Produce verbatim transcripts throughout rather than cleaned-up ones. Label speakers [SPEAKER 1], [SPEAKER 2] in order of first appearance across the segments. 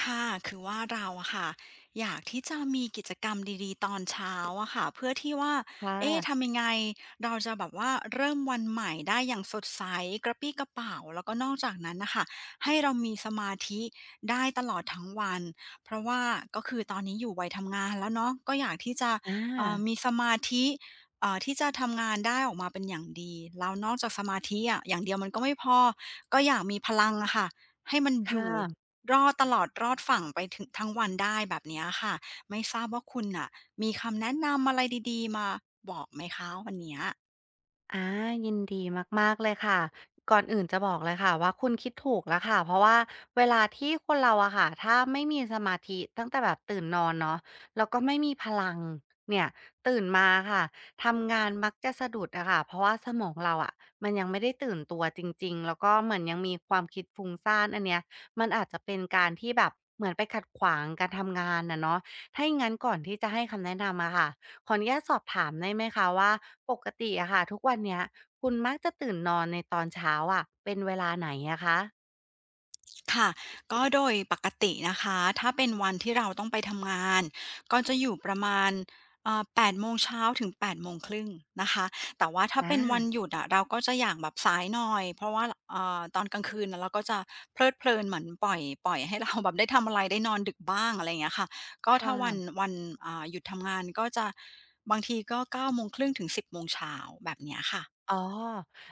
[SPEAKER 1] ค่ะ คือว่าเราอะค่ะอยากที่จะมีกิจกรรมดีๆตอนเช้าอะค่ะเพื่อที่ว่า
[SPEAKER 2] ค่
[SPEAKER 1] เอ๊ะ
[SPEAKER 2] ะ
[SPEAKER 1] ทำยังไงเราจะแบบว่าเริ่มวันใหม่ได้อย่างสดใสกระปรี้กระเปร่าแล้วก็นอกจากนั้นน่ะค่ะให้เรามีสมาธิได้ตลอดทั้งวันเพราะว่าก็คือตอนนี้อยู่วัยทำงานแล้วเนาะก็อยากที่จะ
[SPEAKER 2] อา
[SPEAKER 1] เอ่อมีสมาธิเอ่อที่จะทำงานได้ออกมาเป็นอย่างดีแล้วนอกจากสมาธิอะอย่างเดียวมันก็ไม่พอก็อยากมีพลังอะค่ะให้มันอ
[SPEAKER 2] ค่ะ
[SPEAKER 1] ยู่ รอดตลอดรอดฝั่งไปถึงทั้งวันได้แบบเนี้ยค่ะไม่ทราบว่าคุณน่ะมีคำแนะนำอะไรดีๆมาบอกไหมคะวันเนี้ย
[SPEAKER 2] อายินดีมากๆเลยค่ะก่อนอื่นจะบอกเลยค่ะว่าคุณคิดถูกแล้วค่ะเพราะว่าเวลาที่คนเราอะค่ะถ้าไม่มีสมาธิตั้งแต่แบบตื่นนอนเนาะแล้วก็ไม่มีพลังเนี่ยตื่นมาค่ะ ทำงานมักจะสะดุดอะค่ะเพราะว่าสมองเราอะมันยังไม่ได้ตื่นตัวจริงๆแล้วก็เหมือนยังมีความคิดฟุ้งซ่านอันเนี้ยมันอาจจะเป็นการที่แบบเหมือนไปขัดขวางการทำงานอะเนาะถ้าอย่างงั้นก่อนที่จะให้คำแนะนำอะค่ะ ขออนุญาตสอบถามได้ไหมคะว่าปกติอะค่ะทุกวันเนี้ยคุณมักจะตื่นนอนในตอนเช้าอะเป็นเวลาไหนอะคะ
[SPEAKER 1] ค่ะก็โดยปกตินะคะถ้าเป็นวันที่เราต้องไปทำงานก็จะอยู่ประมาณเอ่อแปดโมงเช้าถึงแปดโมงครึ่งนะคะแต่ว่าถ้า
[SPEAKER 2] อา
[SPEAKER 1] เป็นวันหยุดอะเราก็จะอยากแบบสายหน่อยเพราะว่าเอ่อตอนกลางคืนน่ะเราก็จะเพลิดเพลินเหมือนปล่อยปล่อยให้เราแบบได้ทำอะไรได้นอนดึกบ้างอะไรอย่างเงี้ยค่ะก็
[SPEAKER 2] ค
[SPEAKER 1] ถ้าวัน
[SPEAKER 2] ่ะ
[SPEAKER 1] วันอ่าหยุดทำงานก็จะบางทีก็เก้าโมงครึ่งถึงสิบโมงเช้าแบบเนี้ยค่ะ
[SPEAKER 2] อ๋อ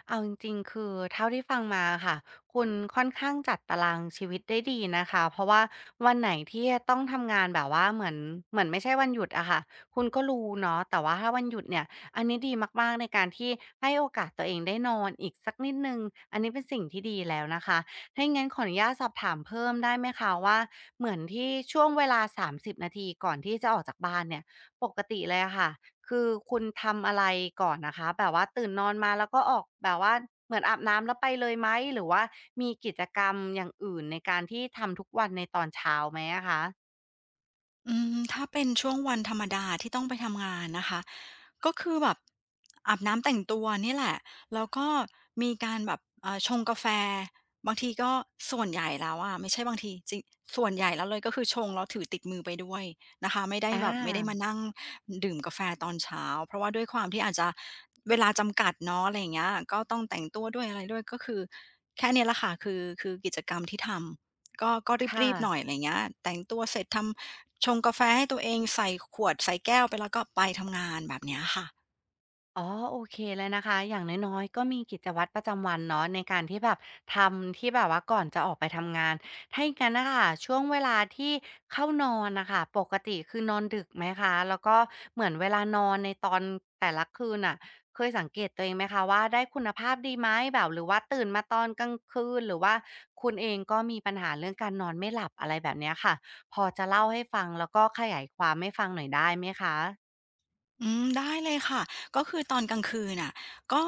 [SPEAKER 2] เอาจริงๆคือเท่าที่ฟังมาค่ะ คุณค่อนข้างจัดตารางชีวิตได้ดีนะคะ เพราะว่าวันไหนที่ต้องทำงานแบบว่าเหมือนเหมือนไม่ใช่วันหยุดอะค่ะคุณก็รู้เนาะแต่ว่าถ้าวันหยุดเนี่ย อันนี้ดีมากๆในการที่ให้โอกาสตัวเองได้นอนอีกสักนิดหนึ่งอันนี้เป็นสิ่งที่ดีแล้วนะคะถ้าอย่างงั้นขออนุญาตสอบถามเพิ่มได้ไหมคะว่าเหมือนที่ช่วงเวลาสามสิบนาทีก่อนที่จะออกจากบ้านเนี่ยปกติเลยอะค่ะ คือคุณทำอะไรก่อนนะคะแบบว่าตื่นนอนมาแล้วก็ออกแบบว่าเหมือนอาบน้ำแล้วไปเลยไหมหรือว่ามีกิจกรรมอย่างอื่นในการที่ทำทุกวันในตอนเช้าไหมอะคะ
[SPEAKER 1] อืมถ้าเป็นช่วงวันธรรมดาที่ต้องไปทำงานนะคะก็คือแบบอาบน้ำแต่งตัวนี่แหละแล้วก็มีการแบบเอ่อชงกาแฟบางทีก็ส่วนใหญ่แล้วอะไม่ใช่บางทีจริงส่วนใหญ่แล้วเลยก็คือชงแล้วถือติดมือไปด้วยนะคะไม่ได้
[SPEAKER 2] อ
[SPEAKER 1] แบบไม่ได้มา
[SPEAKER 2] า
[SPEAKER 1] นั่งดื่มกาแฟตอนเช้าเพราะว่าด้วยความที่อาจจะเวลาจำกัดเนาะอะไรอย่างเงี้ยก็ต้องแต่งตัวด้วยอะไรด้วยก็คือแค่เนี้ยแหละค่ะคือคือกิจกรรมที่ทำ ก็ก็
[SPEAKER 2] ค่ะ
[SPEAKER 1] รีบๆหน่อยอะไรเงี้ยแต่งตัวเสร็จทำชงกาแฟให้ตัวเองใส่ขวดใส่แก้วไปแล้วก็ไปทำงานแบบเนี้ยค่ะ
[SPEAKER 2] อ๋อโอเคเลยนะคะอย่างน้อยๆก็มีกิจวัตรประจำวันเนาะในการที่แบบทำที่แบบว่าก่อนจะออกไปทำงานถ้าอย่างงั้นนะคะช่วงเวลาที่เข้านอนนะคะปกติคือนอนดึกไหมคะแล้วก็เหมือนเวลานอนในตอนแต่ละคืนน่ะเคยสังเกตตัวเองไหมคะว่าได้คุณภาพดีไหมแบบหรือว่าตื่นมาตอนกลางคืนหรือว่าคุณเองก็มีปัญหาเรื่องการนอนไม่หลับอะไรแบบเนี้ยค่ะพอจะเล่าให้ฟังแล้วก็ขยายความให้ฟังหน่อยได้ไหมคะ
[SPEAKER 1] อืมได้เลยค่ะก็คือตอนกลางคืนน่ะก็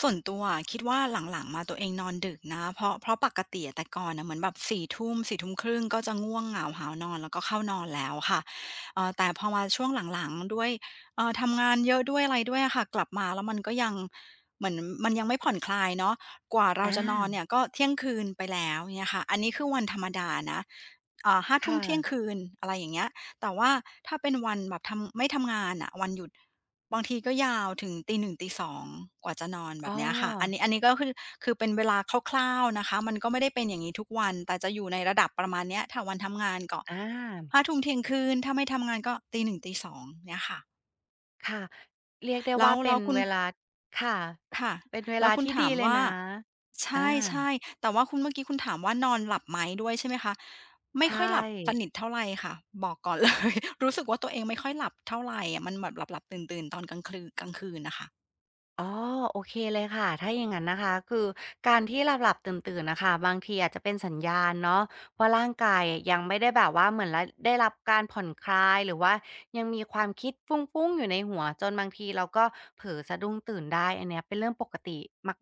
[SPEAKER 1] ส่วนตัวอะคิดว่าหลังๆมาตัวเองนอนดึกนะเพราะเพราะปกติอะแต่ก่อนน่ะเหมือนแบบสี่ทุ่มสี่ทุ่มครึ่งก็จะง่วงเหงาหาวนอนแล้วก็เข้านอนแล้วค่ะเอ่อแต่พอมาช่วงหลังๆด้วยเอ่อทำงานเยอะด้วยอะไรด้วยอะค่ะกลับมาแล้วมันก็ยังเหมือนมันยังไม่ผ่อนคลายเนาะกว่าเรา
[SPEAKER 2] อา
[SPEAKER 1] จะนอนเนี่ยก็เที่ยงคืนไปแล้วเงี้ยค่ะอันนี้คือวันธรรมดานะอ่าห้าทุ่มเที่ยง
[SPEAKER 2] ค่ะ
[SPEAKER 1] คืนอะไรอย่างเงี้ย แต่ว่าถ้าเป็นวันแบบทำไม่ทำงานอ่ะวันหยุดบางทีก็ยาวถึงตีหนึ่งตีสองกว่าจะนอนแบ
[SPEAKER 2] อ๋อ
[SPEAKER 1] บเนี้ยค่ะอันนี้อันนี้ก็คือคือเป็นเวลาคร่าวๆนะคะมันก็ไม่ได้เป็นอย่างนี้ทุกวันแต่จะอยู่ในระดับประมาณเนี้ยถ้าวันทำงานก็
[SPEAKER 2] อา
[SPEAKER 1] ห้าทุ่มเที่ยงคืนถ้าไม่ทำงานก็หนึ่งตีสององเนี่ยค่ะ
[SPEAKER 2] ค่ะ เรียกได้
[SPEAKER 1] แล้
[SPEAKER 2] ว่า
[SPEAKER 1] ว
[SPEAKER 2] เป็
[SPEAKER 1] แล้ว
[SPEAKER 2] น
[SPEAKER 1] คุณ
[SPEAKER 2] เวลา ค่ะ
[SPEAKER 1] ค่ะ
[SPEAKER 2] เป็นเว
[SPEAKER 1] แล้ว
[SPEAKER 2] ลา
[SPEAKER 1] คุณ
[SPEAKER 2] ที่
[SPEAKER 1] ถา
[SPEAKER 2] ดี
[SPEAKER 1] ม
[SPEAKER 2] เลย
[SPEAKER 1] ว่า
[SPEAKER 2] นะอา
[SPEAKER 1] ใช่ใช่แต่ว่าคุณเมื่อกี้คุณถามว่านอนหลับไหมด้วยใช่ไหมคะ ไม่
[SPEAKER 2] ใช่
[SPEAKER 1] ค่อยหลับสนิทเท่าไรค่ะบอกก่อนเลย รู้สึกว่าตัวเองไม่ค่อยหลับเท่าไรอะมันแบบหลับๆตื่นๆตอนกลางคลือกลางคืนน่ะค่ะ
[SPEAKER 2] อ๋อโอเคเลยค่ะถ้าอย่างนั้นนะคะคือการที่หลับๆตื่นๆนะคะบางทีอาจจะเป็นสัญญาณเนาะว่าร่างกายยังไม่ได้แบบว่าเหมือนรได้รับการผ่อนคลายหรือว่ายังมีความคิดฟุ้งๆอยู่ในหัวจนบางทีเราก็เผลอสะดุ้งตื่นได้อันเนี้ยเป็นเรื่องปกติ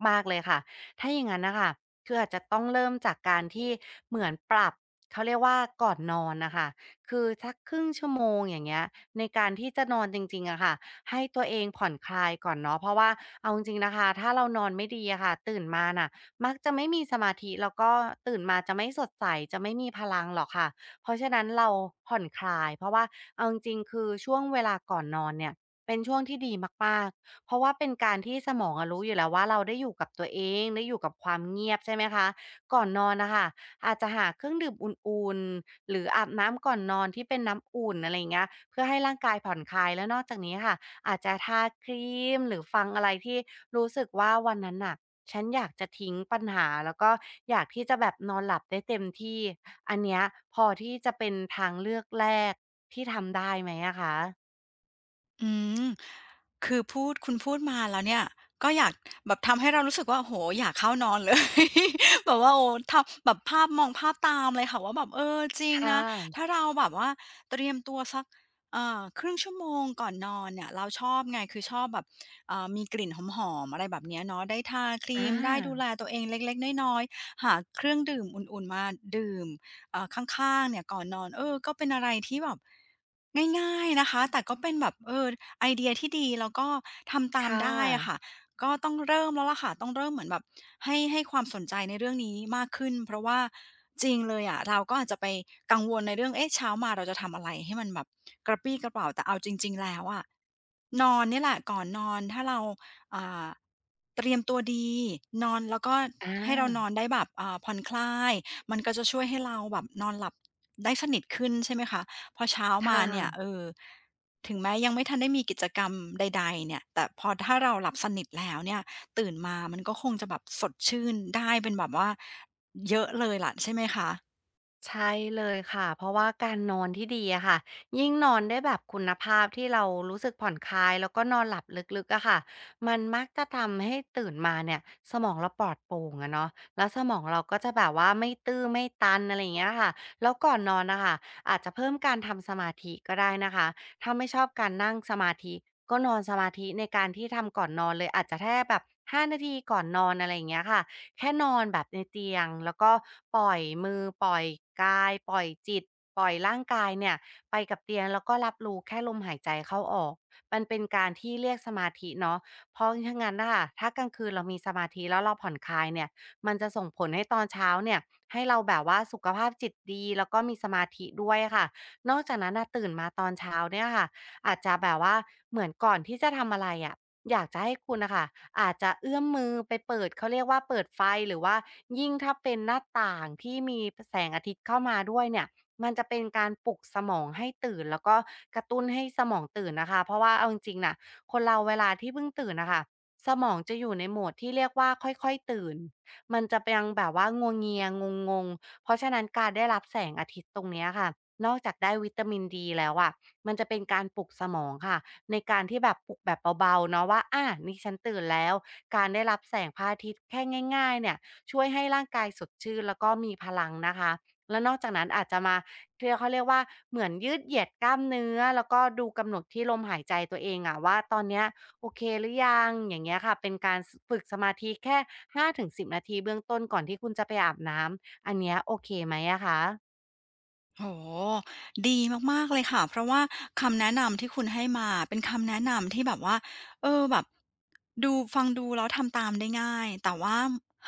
[SPEAKER 2] มากๆเลยค่ะถ้าอย่างนั้นนะคะคืออาจจะต้องเริ่มจากการที่เหมือนปรับเขาเรียกว่าก่อนนอนนะคะคือสักครึ่งชั่วโมงอย่างเงี้ยในการที่จะนอนจริงๆอะค่ะ ให้ตัวเองผ่อนคลายก่อนเนาะเพราะว่าเอาจริงๆนะคะถ้าเรานอนไม่ดีอะค่ะตื่นมาน่ะมักจะไม่มีสมาธิแล้วก็ตื่นมาจะไม่สดใสจะไม่มีพลังหรอกค่ะเพราะฉะนั้นเราผ่อนคลายเพราะว่าเอาจริงๆคือช่วงเวลาก่อนนอนเนี่ยเป็นช่วงที่ดีมากๆเพราะว่าเป็นการที่สมองอะรู้อยู่แล้วว่าเราได้อยู่กับตัวเองได้อยู่กับความเงียบใช่ไหมคะก่อนนอนนะคะอาจจะหาเครื่องดื่มอุ่นๆหรืออาบน้ำก่อนนอนที่เป็นน้ำอุ่นอะไรอาเงี้ยเพื่อให้ร่างกายผ่อนคลายแล้วนอกจากนี้ค่ะ อาจจะทาครีมหรือฟังอะไรที่รู้สึกว่าวันนั้นน่ะฉันอยากจะทิ้งปัญหาแล้วก็อยากที่จะแบบนอนหลับได้เต็มที่อันเนี้ยพอที่จะเป็นทางเลือกแรกที่ทำได้ไหมอะคะ
[SPEAKER 1] อืมคือพูดคุณพูดมาแล้วเนี่ยก็อยากแบบทำให้เรารู้สึกว่าโอ้โฮอยากเข้านอนเลย แบบว่าโอ้ทำแบบภาพมองภาพตามเลยค่ะว่าแบบเออจริง
[SPEAKER 2] ค่
[SPEAKER 1] นะ
[SPEAKER 2] ะ
[SPEAKER 1] ถ้าเราแบบว่าเตรียมตัวสักเอ่อครึ่งชั่วโมงก่อนนอนเนี่ยเราชอบไงคือชอบแบบเอ่อมีกลิ่นหอมๆอะไรแบบเนี้ยเนาะได้ทาค
[SPEAKER 2] อ
[SPEAKER 1] รีมได้ดูแล
[SPEAKER 2] า
[SPEAKER 1] ตัวเองเล็กๆน้อยๆหาเครื่องดื่มอุ่นๆมาดื่ม เอ่อข้างๆเนี่ยก่อนนอนเออก็เป็นอะไรที่แบบง่ายๆนะคะแต่ก็เป็นแบบเออไอเดียที่ดีแล้วก็ทำตาม
[SPEAKER 2] ค่
[SPEAKER 1] ได้อะค่ะ
[SPEAKER 2] ะ
[SPEAKER 1] ก็ต้องเริ่มแล้วล่ะค่ะต้องเริ่มเหมือนแบบให้ให้ความสนใจในเรื่องนี้มากขึ้น เพราะว่าจริงเลยอะเราก็อาจจะไปกังวลในเรื่องเอ๊ะเช้ามาเราจะทำอะไรให้มันแบบกระปรี้กระเป๋่าแต่เอาจริงๆแล้วอะนอนนี่แหละก่อนนอนถ้าเราอ่าเตรียมตัวดีนอนแล้วก็
[SPEAKER 2] อ
[SPEAKER 1] ให้เรานอ
[SPEAKER 2] า
[SPEAKER 1] นได้แบบอ่าผ่อนคลาย มันก็จะช่วยให้เราแบบนอนหลับได้สนิทขึ้นใช่ไหมคะพอเช้า
[SPEAKER 2] ค
[SPEAKER 1] มาเนี่ย
[SPEAKER 2] ่ะ
[SPEAKER 1] เออถึงแม้ยังไม่ทันได้มีกิจกรรมใดๆเนี่ยแต่พอถ้าเราหลับสนิทแล้วเนี่ยตื่นมามันก็คงจะแบบสดชื่นได้เป็นแบบว่าเยอะเลยล่ะใช่ไหมคะ
[SPEAKER 2] ใช่เลยค่ะเพราะว่าการนอนที่ดีอะค่ะยิ่งนอนได้แบบคุณภาพที่เรารู้สึกผ่อนคลายแล้วก็นอนหลับลึกๆอะค่ะมันมักจะทำให้ตื่นมาเนี่ยสมองเราปลอดโปร่งอะเนาะแล้วสมองเราก็จะแบบว่าไม่ตื้อไม่ตันอะไรอย่างเงี้ยค่ะแล้วก่อนนอนนะคะอาจจะเพิ่มการทำสมาธิก็ได้นะคะถ้าไม่ชอบการนั่งสมาธิก็นอนสมาธิในการที่ทำก่อนนอนเลยอาจจะแค่แบบห้านาทีก่อนนอนอะไรอย่างเงี้ยค่ะ แค่นอนแบบในเตียงแล้วก็ปล่อยมือปล่อยกายปล่อยจิตปล่อยร่างกายเนี่ยไปกับเตียงแล้วก็รับรู้แค่ลมหายใจเข้าออกมันเป็นการที่เรียกสมาธิเนาะเพราะฉะนั้นน่ะค่ะถ้ากลางคืนเรามีสมาธิแล้วเราผ่อนคลายเนี่ยมันจะส่งผลให้ตอนเช้าเนี่ยให้เราแบบว่าสุขภาพจิตดีแล้วก็มีสมาธิด้วยอะค่ะนอกจากนั้นน่ะตื่นมาตอนเช้าเนี่ยค่ะอาจจะแบบว่าเหมือนก่อนที่จะทำอะไรอะ อยากจะให้คุณนะคะอาจจะเอื้อมมือไปเปิดเขาเรียกว่าเปิดไฟหรือว่ายิ่งถ้าเป็นหน้าต่างที่มีแสงอาทิตย์เข้ามาด้วยเนี่ยมันจะเป็นการปลุกสมองให้ตื่นแล้วก็กระตุ้นให้สมองตื่นนะคะเพราะว่าเอาจริงๆน่ะคนเราเวลาที่เพิ่งตื่นน่ะค่ะสมองจะอยู่ในโหมดที่เรียกว่าค่อยๆตื่นมันจะยังแบบว่างัวเงียงงๆเพราะฉะนั้นการได้รับแสงอาทิตย์ตรงเนี้ยค่ะนอกจากได้วิตามินดีแล้วอะมันจะเป็นการปลุกสมองค่ะ ในการที่แบบปลุกแบบเบาๆเนาะว่าอ่านี่ฉันตื่นแล้วการได้รับแสงพระอาทิตย์แค่ง่ายๆเนี่ยช่วยให้ร่างกายสดชื่นแล้วก็มีพลังนะคะแล้วนอกจากนั้นอาจจะมาที่เขาเรียกว่าเหมือนยืดเหยียดกล้ามเนื้อแล้วก็ดูกำหนดที่ลมหายใจตัวเองอะว่าตอนเนี้ยโอเคหรือยังอย่างเงี้ยค่ะเป็นการฝึกสมาธิแค่ห้าถึงสิบนาทีเบื้องต้นก่อนที่คุณจะไปอาบน้ำอันเนี้ยโอเคไหมอะคะ
[SPEAKER 1] โอ้ดีมากๆเลยค่ะเพราะว่าคำแนะนำที่คุณให้มาเป็นคำแนะนำที่แบบว่าเออแบบดูฟังดูแล้วทำตามได้ง่ายแต่ว่า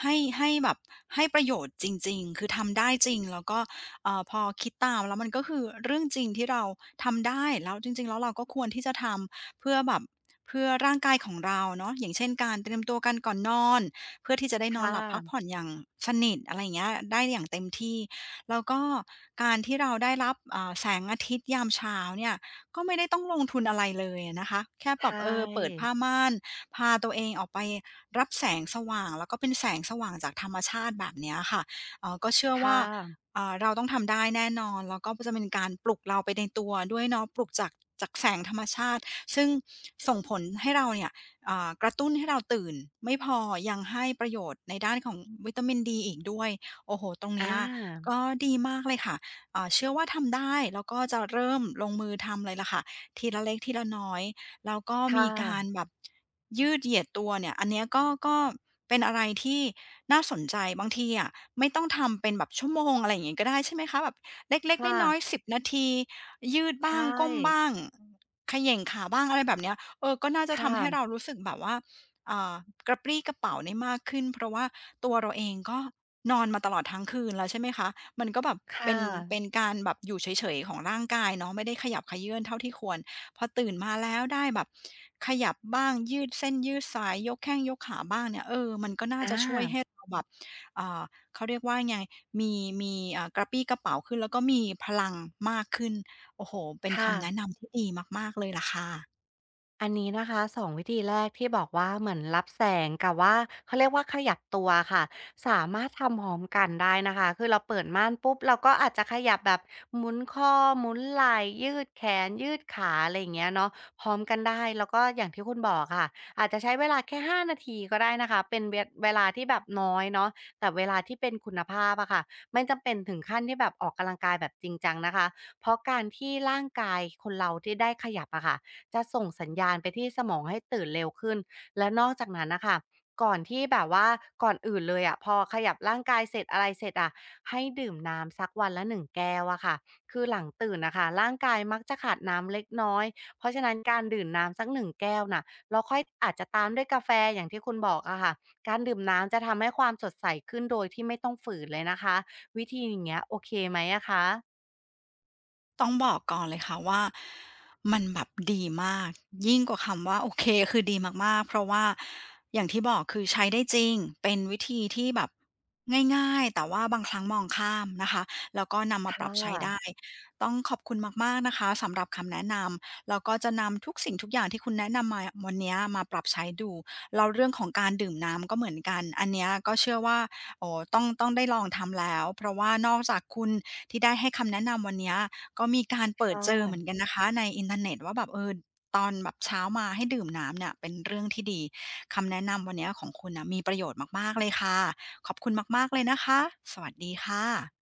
[SPEAKER 1] ให้ให้แบบให้ประโยชน์จริงๆคือทำได้จริงแล้วก็เอ่อพอคิดตามแล้วมันก็คือเรื่องจริงที่เราทำได้แล้วจริงๆแล้วเราก็ควรที่จะทำเพื่อแบบเพื่อร่างกายของเราเนาะอย่างเช่นการเตรียมตัวกันก่อนนอนเพื่อที่จะได้นอ
[SPEAKER 2] ค่
[SPEAKER 1] นหลับพักผ่อ
[SPEAKER 2] ะ
[SPEAKER 1] นอย่างสนิทอะไรอย่างเงี้ยได้อย่างเต็มที่ แล้วก็การที่เราได้รับอ่าแสงอาทิตย์ยามเช้าเนี่ยก็ไม่ได้ต้องลงทุนอะไรเลยอะนะคะแค่
[SPEAKER 2] ใช
[SPEAKER 1] แบบเออเปิด
[SPEAKER 2] ่
[SPEAKER 1] ผ้าม่านพาตัวเองออกไปรับแสงสว่างแล้วก็เป็นแสงสว่างจากธรรมชาติแบบเนี้ยค่ะเอ่อก็เชื่อ
[SPEAKER 2] ค
[SPEAKER 1] ว่า
[SPEAKER 2] ่ะ
[SPEAKER 1] อ่าเราต้องทำได้แน่นอนแล้วก็จะเป็นการปลุกเราไปในตัวด้วยเนาะปลุกจากจากแสงธรรมชาติซึ่งส่งผลให้เราเนี่ยอ่ากระตุ้นให้เราตื่นไม่พอยังให้ประโยชน์ในด้านของวิตามินดีอีกด้วยโอ้โฮตรง
[SPEAKER 2] อ
[SPEAKER 1] เนี้ย
[SPEAKER 2] า
[SPEAKER 1] ก็ดีมากเลยค่ะเอ่อเชื่อว่าทำได้แล้วก็จะเริ่มลงมือทำเลยล่ะค่ะทีละเล็กทีละน้อยแล้วก็
[SPEAKER 2] ค
[SPEAKER 1] มีการ
[SPEAKER 2] ่ะ
[SPEAKER 1] แบบยืดเหยียดตัวเนี่ยอันเนี้ยก็ก็เป็นอะไรที่น่าสนใจ บางทีอ่ะไม่ต้องทำเป็นแบบชั่วโมงอะไรอย่างงี้ก็ได้ใช่ไหมคะแบบเล็ก
[SPEAKER 2] ค่ะ
[SPEAKER 1] ๆน้อยๆสิบนาทียืดบ้า
[SPEAKER 2] ใช่
[SPEAKER 1] งก้มบ้างเขย่งขาบ้างอะไรแบบเนี้ยเออก็น่าจะ
[SPEAKER 2] ค่ะ
[SPEAKER 1] ทำให้เรารู้สึกแบบว่า เอ่อกระปรี้กระเป๋าได้มากขึ้นเพราะว่าตัวเราเองก็นอนมาตลอดทั้งคืนแล้วใช่ไหมคะมันก็แบบเป็
[SPEAKER 2] ค่ะ
[SPEAKER 1] นเป็นการแบบอยู่เฉยๆของร่างกายเนาะไม่ได้ขยับเขยื้อนเท่าที่ควรพอตื่นมาแล้วได้แบบขยับบ้างยืดเส้นยืดสายยกแข้งยกขาบ้างเนี่ยเออมันก็น่าจะช่วย
[SPEAKER 2] อา
[SPEAKER 1] ให้เราแบบเอ่าเขาเรียกว่าไงมีมีเอ่ากระปรี้กระเป๋าขึ้นแล้วก็มีพลังมากขึ้นโอ้โหเป็น
[SPEAKER 2] ค่ะ
[SPEAKER 1] คำแนะนำที่ดีมากๆเลยล่ะค่ะ
[SPEAKER 2] อันนี้นะคะสองวิธีแรกที่บอกว่าเหมือนรับแสงกับว่าเขาเรียกว่าขยับตัวค่ะสามารถทำพร้อมกันได้นะคะคือเราเปิดม่านปุ๊บเราก็อาจจะขยับแบบหมุนข้อหมุนไหล่ยืดแขนยืดขาอะไรอย่างเงี้ยเนาะพร้อมกันได้แล้วก็อย่างที่คุณบอกค่ะอาจจะใช้เวลาแค่ห้านาทีก็ได้นะคะเป็นเวเวลาที่แบบน้อยเนาะแต่เวลาที่เป็นคุณภาพอะค่ะไม่จำเป็นถึงขั้นที่แบบออกกำลังกายแบบจริงจังนะคะเพราะการที่ร่างกายคนเราที่ได้ขยับอะค่ะ จะส่งสัญญาณไปที่สมองให้ตื่นเร็วขึ้น และนอกจากนั้นน่ะค่ะก่อนที่แบบว่าก่อนอื่นเลยอะพอขยับร่างกายเสร็จอะไรเสร็จอะให้ดื่มน้ำสักวันละหนึ่งแก้วอะค่ะคือหลังตื่นน่ะค่ะร่างกายมักจะขาดน้ำเล็กน้อยเพราะฉะนั้นการดื่มน้ำสักหนึ่งแก้วน่ะแล้วค่อยอาจจะตามด้วยกาแฟอย่างที่คุณบอกอะค่ะการดื่มน้ำจะทำให้ความสดใสขึ้นโดยที่ไม่ต้องฝืนเลยนะคะวิธีอย่างเงี้ยโอเคไหมอะคะ
[SPEAKER 1] ต้องบอกก่อนเลยค่ะว่ามันแบบดีมากยิ่งกว่าคำว่าโอเคคือดีมากๆเพราะว่าอย่างที่บอกคือใช้ได้จริงเป็นวิธีที่แบบง่ายๆแต่ว่าบางครั้งมองข้ามนะคะแล้วก็นำมาปรั
[SPEAKER 2] ค่ะ
[SPEAKER 1] บใช้ได้ต้องขอบคุณมากๆนะคะสำหรับคำแนะนำแล้วก็จะนำทุกสิ่งทุกอย่างที่คุณแนะนำมาวันเนี้ยมาปรับใช้ดูแล้วเรื่องของการดื่มน้ำก็เหมือนกันอันเนี้ยก็เชื่อว่าโอ้ต้องต้องได้ลองทำแล้วเพราะว่านอกจากคุณที่ได้ให้คำแนะนำวันเนี้ย ก็มีการเปิด
[SPEAKER 2] ค่
[SPEAKER 1] เจอเหมือน
[SPEAKER 2] ะ
[SPEAKER 1] กันนะคะในอินเทอร์เน็ตว่าแบบเออตอนแบบเช้ามาให้ดื่มน้ำเนี่ยเป็นเรื่องที่ดีคำแนะนำวันเนี้ยของคุณน่ะมีประโยชน์มากๆเลยค่ะขอบคุณมากๆเลยนะคะสวัสดีค่ะ